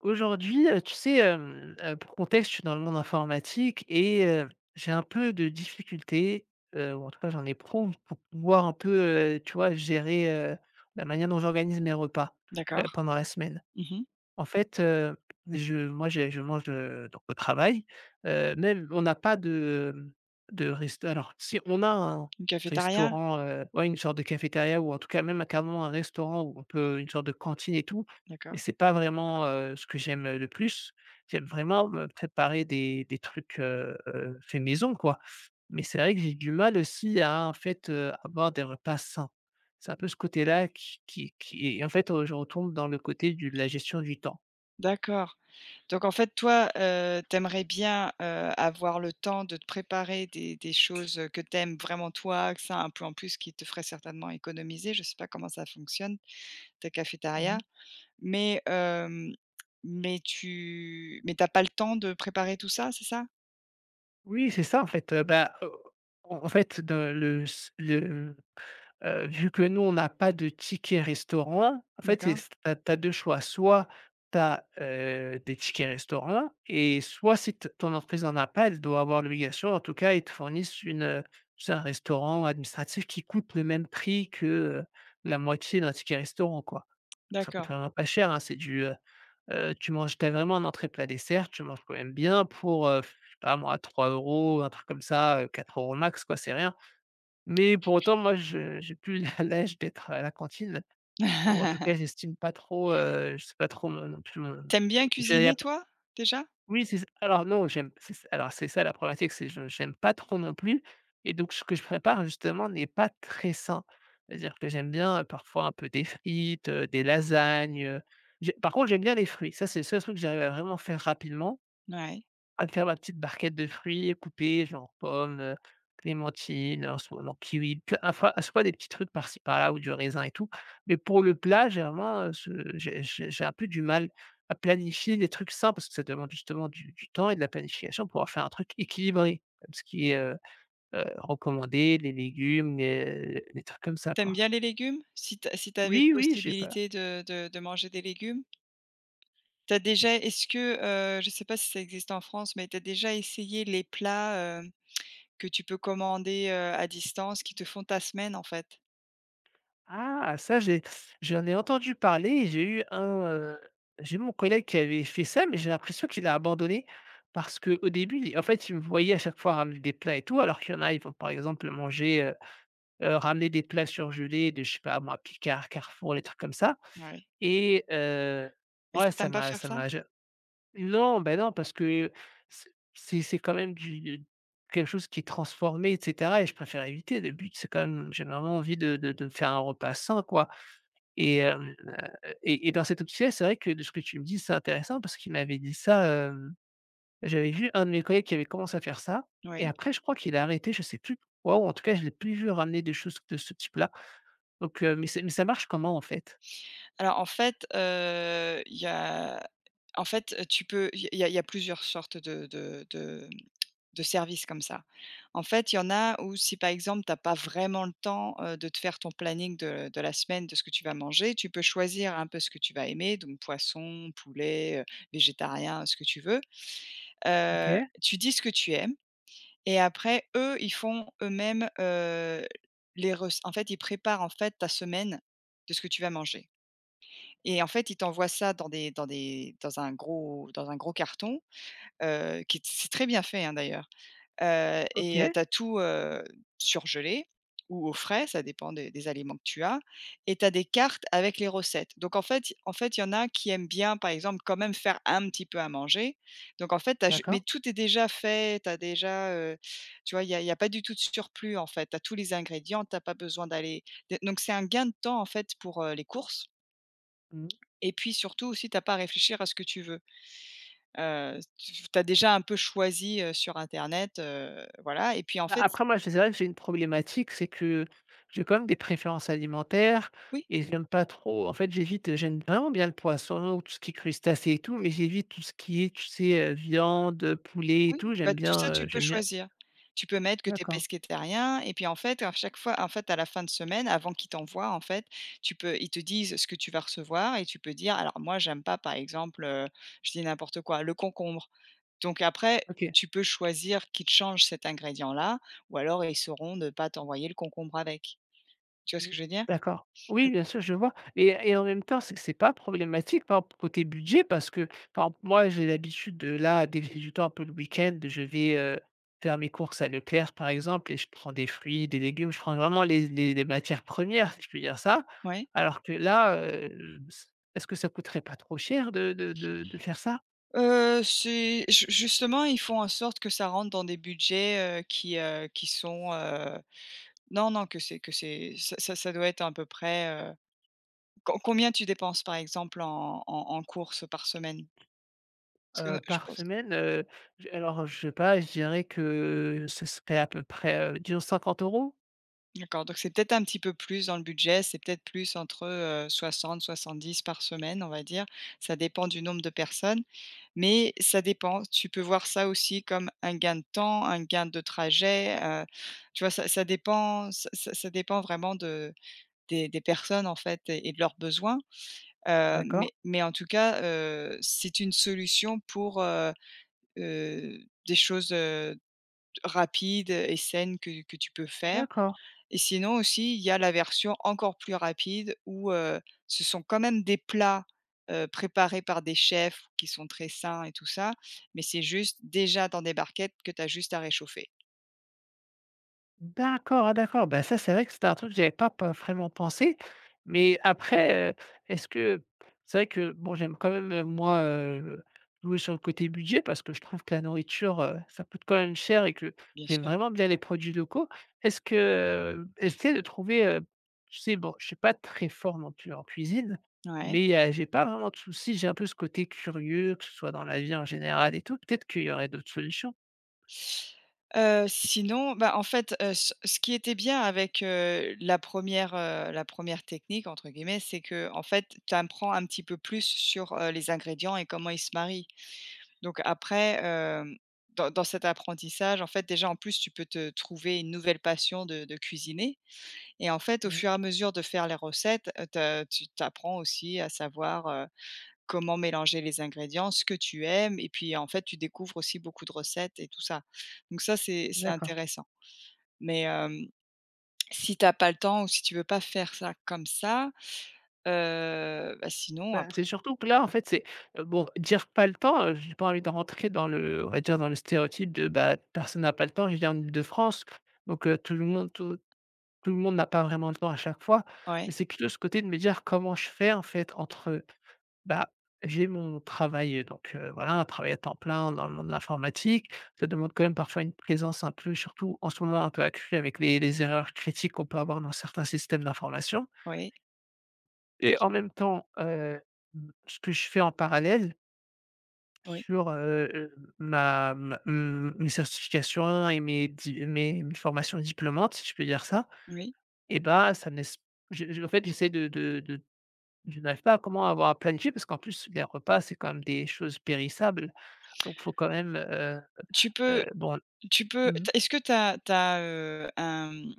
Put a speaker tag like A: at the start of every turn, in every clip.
A: Aujourd'hui, tu sais, pour contexte, je suis dans le monde informatique et j'ai un peu de difficultés, ou en tout cas j'en ai prompt pour pouvoir un peu, tu vois, gérer, la manière dont j'organise mes repas,
B: D'accord.
A: pendant la semaine.
B: Mmh.
A: En fait, je moi, j'ai je mange, donc au travail, même on n'a pas de, de rest alors si, on a un
B: Une cafétéria?
A: restaurant, ouais, une sorte de cafétéria ou en tout cas même carrément un restaurant où on peut une sorte de cantine et tout, mais
B: D'accord.
A: c'est pas vraiment, ce que j'aime, le plus. J'aime vraiment me préparer des trucs, faits maison, quoi. Mais c'est vrai que j'ai du mal aussi à, en fait, avoir des repas sains. C'est un peu ce côté-là qui est en fait, je retombe dans le côté du de la gestion du temps.
B: D'accord. Donc en fait, toi, tu bien, avoir le temps de te préparer des choses, que t'aimes vraiment toi, que ça un peu en plus qui te ferait certainement économiser. Je sais pas comment ça fonctionne, ta cafétéria,
A: Mmh.
B: mais mais tu mais t'as pas le temps de préparer tout ça, c'est ça?
A: Oui, c'est ça, en fait, bah, en fait, de le s le vu que nous, on n'a pas de ticket restaurant, en fait, c'est
B: D'accord,
A: tu choix. Soit tu as, des tickets restaurant et soit si t ton entreprise en a pas, elle doit avoir l'obligation, en tout cas, ils te fournissent une, c'est un restaurant administratif qui coûte le même prix que, la moitié d'un ticket restaurant, quoi. Ça coûte
B: d'accord.
A: vraiment pas cher, hein, c'est du, tu manges t'as vraiment un entrée, plat, dessert, tu manges quand même bien pour, je sais pas moi, 3 €, un truc comme ça, 4 € max, quoi, c'est rien. Mais pour autant, moi, je j'ai plus l'âge d'être à la cantine ou en tout cas, j'estime pas trop, je sais pas trop moi non plus mon
B: T'aimes bien
A: j'ai
B: cuisiner
A: ap
B: toi, déjà?
A: oui, c'est non, j'aime c'est ç alors c'est ça la problématique, c'est je j'aime pas trop non plus et donc ce que je prépare justement n'est pas très sain. C'est-à-dire que j'aime bien, parfois un peu des frites, des lasagnes, j'ai par contre, j'aime bien les fruits. Ça, c'est le seul truc que j'arrive à vraiment faire rapidement
B: Ouais.
A: à faire ma petite barquette de fruits coupés, genre pommes, clémentines, en ce moment kiwi, ple enfin, à chaque fois des petits trucs par-ci par-là ou du raisin et tout. Mais pour le plat, j'ai vraiment, ce j'ai un peu du mal à planifier des trucs simples parce que ça demande justement du temps et de la planification pour en faire un truc équilibré, comme ce qui est, recommandé, les légumes, les trucs comme ça,
B: T'aimes
A: quoi.
B: bien les légumes? Si tu si t'avais
A: Oui, oui, j'ai pas
B: possibilité de manger des légumes? T'as déjà est-ce que, je sais pas si ça existe en France, mais t'as déjà essayé les plats, que tu peux commander, à distance qui te font ta semaine en fait?
A: ah! Ça, j'en ai entendu parler et j'ai eu un, heu, j'ai eu mon collègue qui avait fait ça, mais j'ai l'impression qu'il a abandonné parce que au début, il en fait, il me voyait à chaque fois ramener des plats et tout, alors qu'il y en a, ils vont, par exemple, manger, ramener des plats surgelés de, je sais pas moi, Picard, Carrefour, les trucs comme ça
B: Ouais.
A: et
B: Et ça,
A: ouais, ça
B: tu pas
A: m'a
B: faire
A: ça
B: ça?
A: m'a ja non, ben non, parce que c'est quand même du quelque chose qui est transformé et cetera et je préfère éviter. Le but, c'est quand même j'ai vraiment envie de faire un repas sain, quoi et et dans cette optique-là, c'est vrai que de ce que tu me dis, c'est intéressant parce qu'il m'avait dit ça, j'avais vu un de mes collègues qui avait commencé à faire ça et
B: Oui.
A: après je crois qu'il a arrêté, je sais plus pourquoi ou en tout cas, je l'ai plus vu ramener des choses de ce type-là. Donc mais ça marche comment en fait?
B: Alors en fait, il y a en fait, tu peux il y a plusieurs sortes de de services comme ça. En fait, il y en a où si, par exemple, tu as pas vraiment le temps, de te faire ton planning de la semaine, de ce que tu vas manger, tu peux choisir un peu ce que tu vas aimer, donc poisson, poulet, végétarien, ce que tu veux.
A: OK,
B: Tu dis ce que tu aimes et après eux, ils font eux-mêmes, les rec en fait, ils préparent, en fait, ta semaine de ce que tu vas manger et en fait, ils t'envoient ça dans des dans des dans un gros carton, qui est c'est très bien fait, hein, d'ailleurs, et
A: OK,
B: tu as tout, surgelé ou au frais, ça dépend des aliments que tu as et tu as des cartes avec les recettes. Donc en fait, il y en a qui aiment bien, par exemple, quand même faire un petit peu à manger. Donc en fait, tu ju mais
A: d'accord.
B: tout est déjà fait, tu as déjà, tu vois, il y a pas du tout de surplus, en fait. Tu as tous les ingrédients, tu as pas besoin d'aller de donc c'est un gain de temps, en fait, pour, les courses,
A: Mmh.
B: et puis surtout aussi, tu as pas à réfléchir à ce que tu veux. Tu as déjà un peu choisi, sur internet, voilà et puis en
A: Bah,
B: fait
A: après moi, je c'est vrai que j'ai une problématique, c'est que j'ai quand même des préférences alimentaires
B: oui,
A: et j'aime pas trop en fait, j'évite, j'aime vraiment bien le poisson, tout ce qui est crustacés et tout, mais j'évite tout ce qui est, tu sais, viande, poulet et
B: oui,
A: tout,
B: bah, tout ça tu peux
A: j'aime bien
B: choisir. Tu peux mettre que tu es
A: d'accord,
B: pescétarien et puis en fait à chaque fois en fait à la fin de semaine avant qu'ils t'envoient en fait, tu peux ils te disent ce que tu vas recevoir et tu peux dire: «Alors moi j'aime pas par exemple», je dis n'importe quoi, «le concombre». Donc après
A: OK.
B: tu peux choisir qu'ils te changent cet ingrédient là ou alors ils sauront ne pas t'envoyer le concombre avec. Tu vois ce
A: Mmh.
B: que je veux dire?
A: D'accord.
B: Mmh,
A: Oui, bien sûr, je vois et en même temps, c'est que c'est pas problématique, par exemple, côté budget parce que, par exemple, moi, j'ai l'habitude de là, dès que j'ai du temps un peu le week-end, je vais, faire mes courses à Leclerc, par exemple et je prends des fruits, des légumes, je prends vraiment les matières premières, si je peux dire ça.
B: ouais.
A: Alors que là, est-ce que ça coûterait pas trop cher de faire ça?
B: C'est ju justement, ils font en sorte que ça rentre dans des budgets, qui sont, non, non, que c'est ça doit être à peu près, combien tu dépenses, par exemple, en courses par semaine? Parce que je
A: Par
B: pense
A: semaine, j alors, je sais pas, je dirais que ce serait à peu près, disons 50 €?
B: d'accord, donc c'est peut-être un petit peu plus dans le budget, c'est peut-être plus entre, 60-70 par semaine, on va dire. Ça dépend du nombre de personnes, mais ça dépend. Tu peux voir ça aussi comme un gain de temps, un gain de trajet, tu vois? Ça dépend vraiment de des personnes, en fait et de leurs besoins,
A: D'accord,
B: mais en tout cas, c'est une solution pour, des choses, rapides et saines que tu peux faire.
A: d'accord.
B: Et sinon aussi, il y a la version encore plus rapide où, ce sont quand même des plats, préparés par des chefs qui sont très sains et tout ça, mais c'est juste déjà dans des barquettes que tu as juste à réchauffer.
A: D'accord, ah d'accord. Ben, ça, c'est vrai que c'est un truc que j'avais pas vraiment pensé. Mais après, est-ce que c'est vrai que bon, j'aime quand même, moi, jouer sur le côté budget parce que je trouve que la nourriture, ça coûte quand même cher et que
B: Bien
A: j'aime
B: sûr,
A: vraiment bien les produits locaux. Est-ce que, essayer de trouver, tu sais, bon, je suis pas très fort non plus en cuisine,
B: ouais.
A: mais j'ai pas vraiment de souci. J'ai un peu ce côté curieux, que ce soit dans la vie en général et tout. Peut-être qu'il y aurait d'autres solutions?
B: Sinon, bah, en fait, ce qui était bien avec, la première technique entre guillemets, c'est que en fait, tu apprends un petit peu plus sur, les ingrédients et comment ils se marient. Donc après, dans cet apprentissage, en fait, déjà, en plus, tu peux te trouver une nouvelle passion de cuisiner et en fait, au
A: Mmh.
B: fur et à mesure de faire les recettes, tu apprends aussi à savoir, comment mélanger les ingrédients, ce que tu aimes et puis, en fait, tu découvres aussi beaucoup de recettes et tout ça. Donc ça, c'est
A: D'accord.
B: intéressant. Mais, si t'as pas le temps ou si tu veux pas faire ça comme ça, bah, sinon
A: Bah,
B: après
A: c'est surtout que là, en fait, c'est, bon, dire: «Pas le temps», j'ai pas envie de rentrer dans le on va dire, dans le stéréotype de, bah, personne n'a pas le temps. Je viens en Île-de-France, donc tout le monde n'a pas vraiment le temps à chaque fois, mais
B: ouais,
A: c'est plutôt ce côté de me dire comment je fais en fait entre, bah, j'ai mon travail, donc voilà, un travail à temps plein dans le monde de l'informatique. Ça demande quand même parfois une présence un peu surtout en ce moment un peu accrue avec les erreurs critiques qu'on peut avoir dans certains systèmes d'information
B: oui,
A: et en même temps, mmh, ce que je fais en parallèle
B: oui,
A: sur, mes certifications et mes formations diplômantes, si je peux dire ça.
B: oui.
A: Et bah, ça me laisse je en fait, j'essaie de je n'arrive pas à comment avoir à planifier parce qu'en plus les repas, c'est quand même des choses périssables. Donc faut quand même,
B: Tu peux
A: bon,
B: tu peux
A: mmh.
B: tu est-ce que t'as t'as tu un, mmh,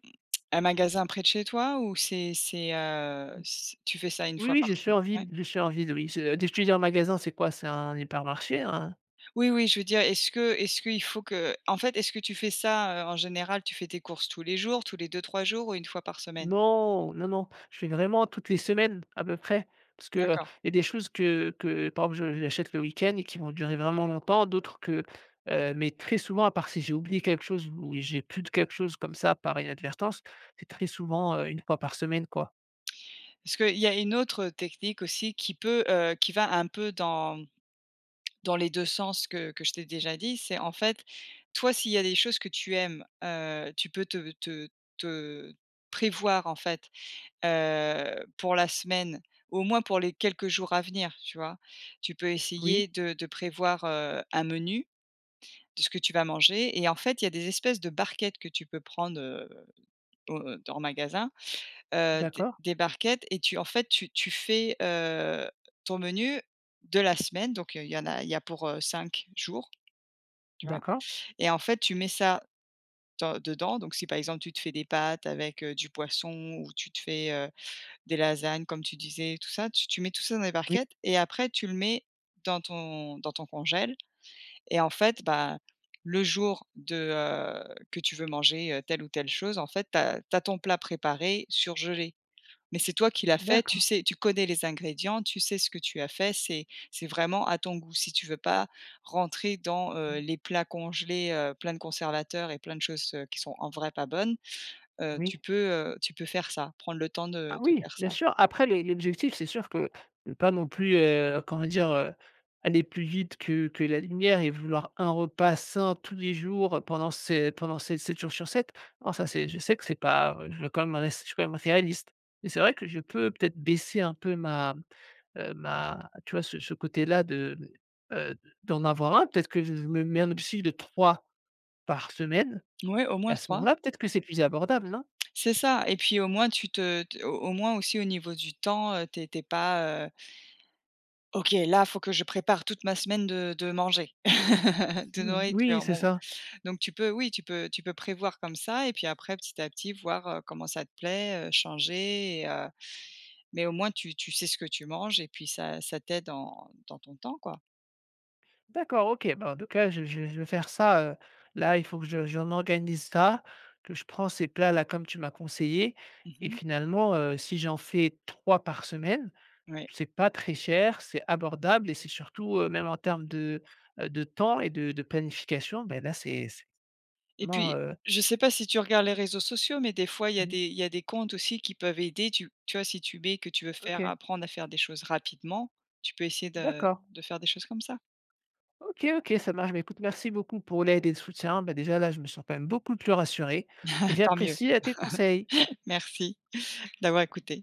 B: un magasin près de chez toi ou c'est, c tu fais ça une
A: Oui,
B: fois
A: oui,
B: par semaine? Ouais.
A: je suis en ville, oui. C'est dès que un magasin, c'est quoi? C'est un hypermarché, hein?
B: Oui, oui, je veux dire, est-ce que est-ce qu'il faut que en fait, est-ce que tu fais ça, en général, tu fais tes courses tous les jours, tous les deux, trois jours ou une fois par semaine?
A: Non, non, non, je fais vraiment toutes les semaines à peu près, parce que,
B: D'accord.
A: il y a des choses que par exemple, je j'achète le week-end et qui vont durer vraiment longtemps, d'autres que, mais très souvent, à part si j'ai oublié quelque chose ou j'ai plus de quelque chose comme ça par inadvertance, c'est très souvent, 1 fois par semaine, quoi.
B: Parce qu'il y a une autre technique aussi qui peut, qui va un peu dans les 2 sens que je t'ai déjà dit, c'est en fait, toi, s'il y a des choses que tu aimes, tu peux te prévoir en fait, pour la semaine, au moins pour les quelques jours à venir, tu vois? Tu peux essayer
A: Oui,
B: de prévoir, un menu de ce que tu vas manger et en fait, il y a des espèces de barquettes que tu peux prendre, au en magasin, des
A: d'accord,
B: barquettes et tu en fait, tu tu fais, ton menu de la semaine, donc il y en a il y a pour, 5 jours, tu vois?
A: d'accord,
B: Et en fait, tu mets ça dans dedans, donc si par exemple, tu te fais des pâtes avec, du poisson ou tu te fais, des lasagnes comme tu disais, tout ça, tu mets tout ça dans les
A: oui,
B: barquettes et après tu le mets dans ton congèle. Et en fait, bah, le jour de, que tu veux manger, telle ou telle chose, en fait, tu as ton plat préparé, surgelé. Mais c'est toi qui l'as fait, tu
A: d'accord,
B: sais tu connais les ingrédients, tu sais ce que tu as fait, c'est vraiment à ton goût. Si tu veux pas rentrer dans,
A: mmh,
B: les plats congelés, pleins de conservateurs et plein de choses, qui sont en vrai pas bonnes,
A: oui.
B: tu peux faire ça, prendre le temps
A: Ah
B: de
A: oui,
B: faire
A: bien
B: ça.
A: sûr. Après les l'objectif, c'est sûr que ne pas non plus, comment dire, aller plus vite que la lumière et vouloir un repas sain tous les jours pendant ces 7 jours sur 7. Non, ça c'est je sais que c'est pas, je suis quand même réaliste. Mais c'est vrai que je peux peut-être baisser un peu ma tu vois ce côté-là de, heu, d'en avoir un. Peut-être que je me mets un objectif de 3 par semaine
B: Oui, au
A: et
B: moins
A: à ce
B: trois.
A: moment-là, peut-être que c'est plus abordable, non?
B: C'est ça et puis au moins tu te t au moins aussi au niveau du temps, tu es tu pas, OK, là, faut que je prépare toute ma semaine de manger, de
A: Mmh, oui,
B: nourriture.
A: c'est
B: Bon,
A: ça.
B: donc tu peux oui, tu peux prévoir comme ça et puis après petit à petit voir, comment ça te plaît, changer et mais au moins tu sais ce que tu manges et puis ça t'aide dans ton temps, quoi.
A: D'accord, OK. Bah, en tout cas, je vais faire ça, là, il faut que je m'organise ça, que je prends ces plats-là comme tu m'as conseillé et
B: Mmh.
A: finalement, si j'en fais 3 par semaine,
B: Ouais
A: c'est pas très cher, c'est abordable et c'est surtout, même en termes de temps et de planification, ben là, c'est
B: et
A: vraiment,
B: puis je sais pas si tu regardes les réseaux sociaux, mais des fois il y a
A: mmh,
B: des comptes aussi qui peuvent aider. Tu vois, si tu mets que tu veux faire
A: OK,
B: apprendre à faire des choses rapidement, tu peux essayer de
A: d'accord.
B: faire des choses comme ça.
A: OK, OK, ça marche. Bah, écoute, merci beaucoup pour l'aide et le soutien. Bah, déjà, là, je me sens quand même beaucoup plus rassuré et
B: Tant mieux.
A: j'apprécie, tes conseils.
B: Merci d'avoir écouté.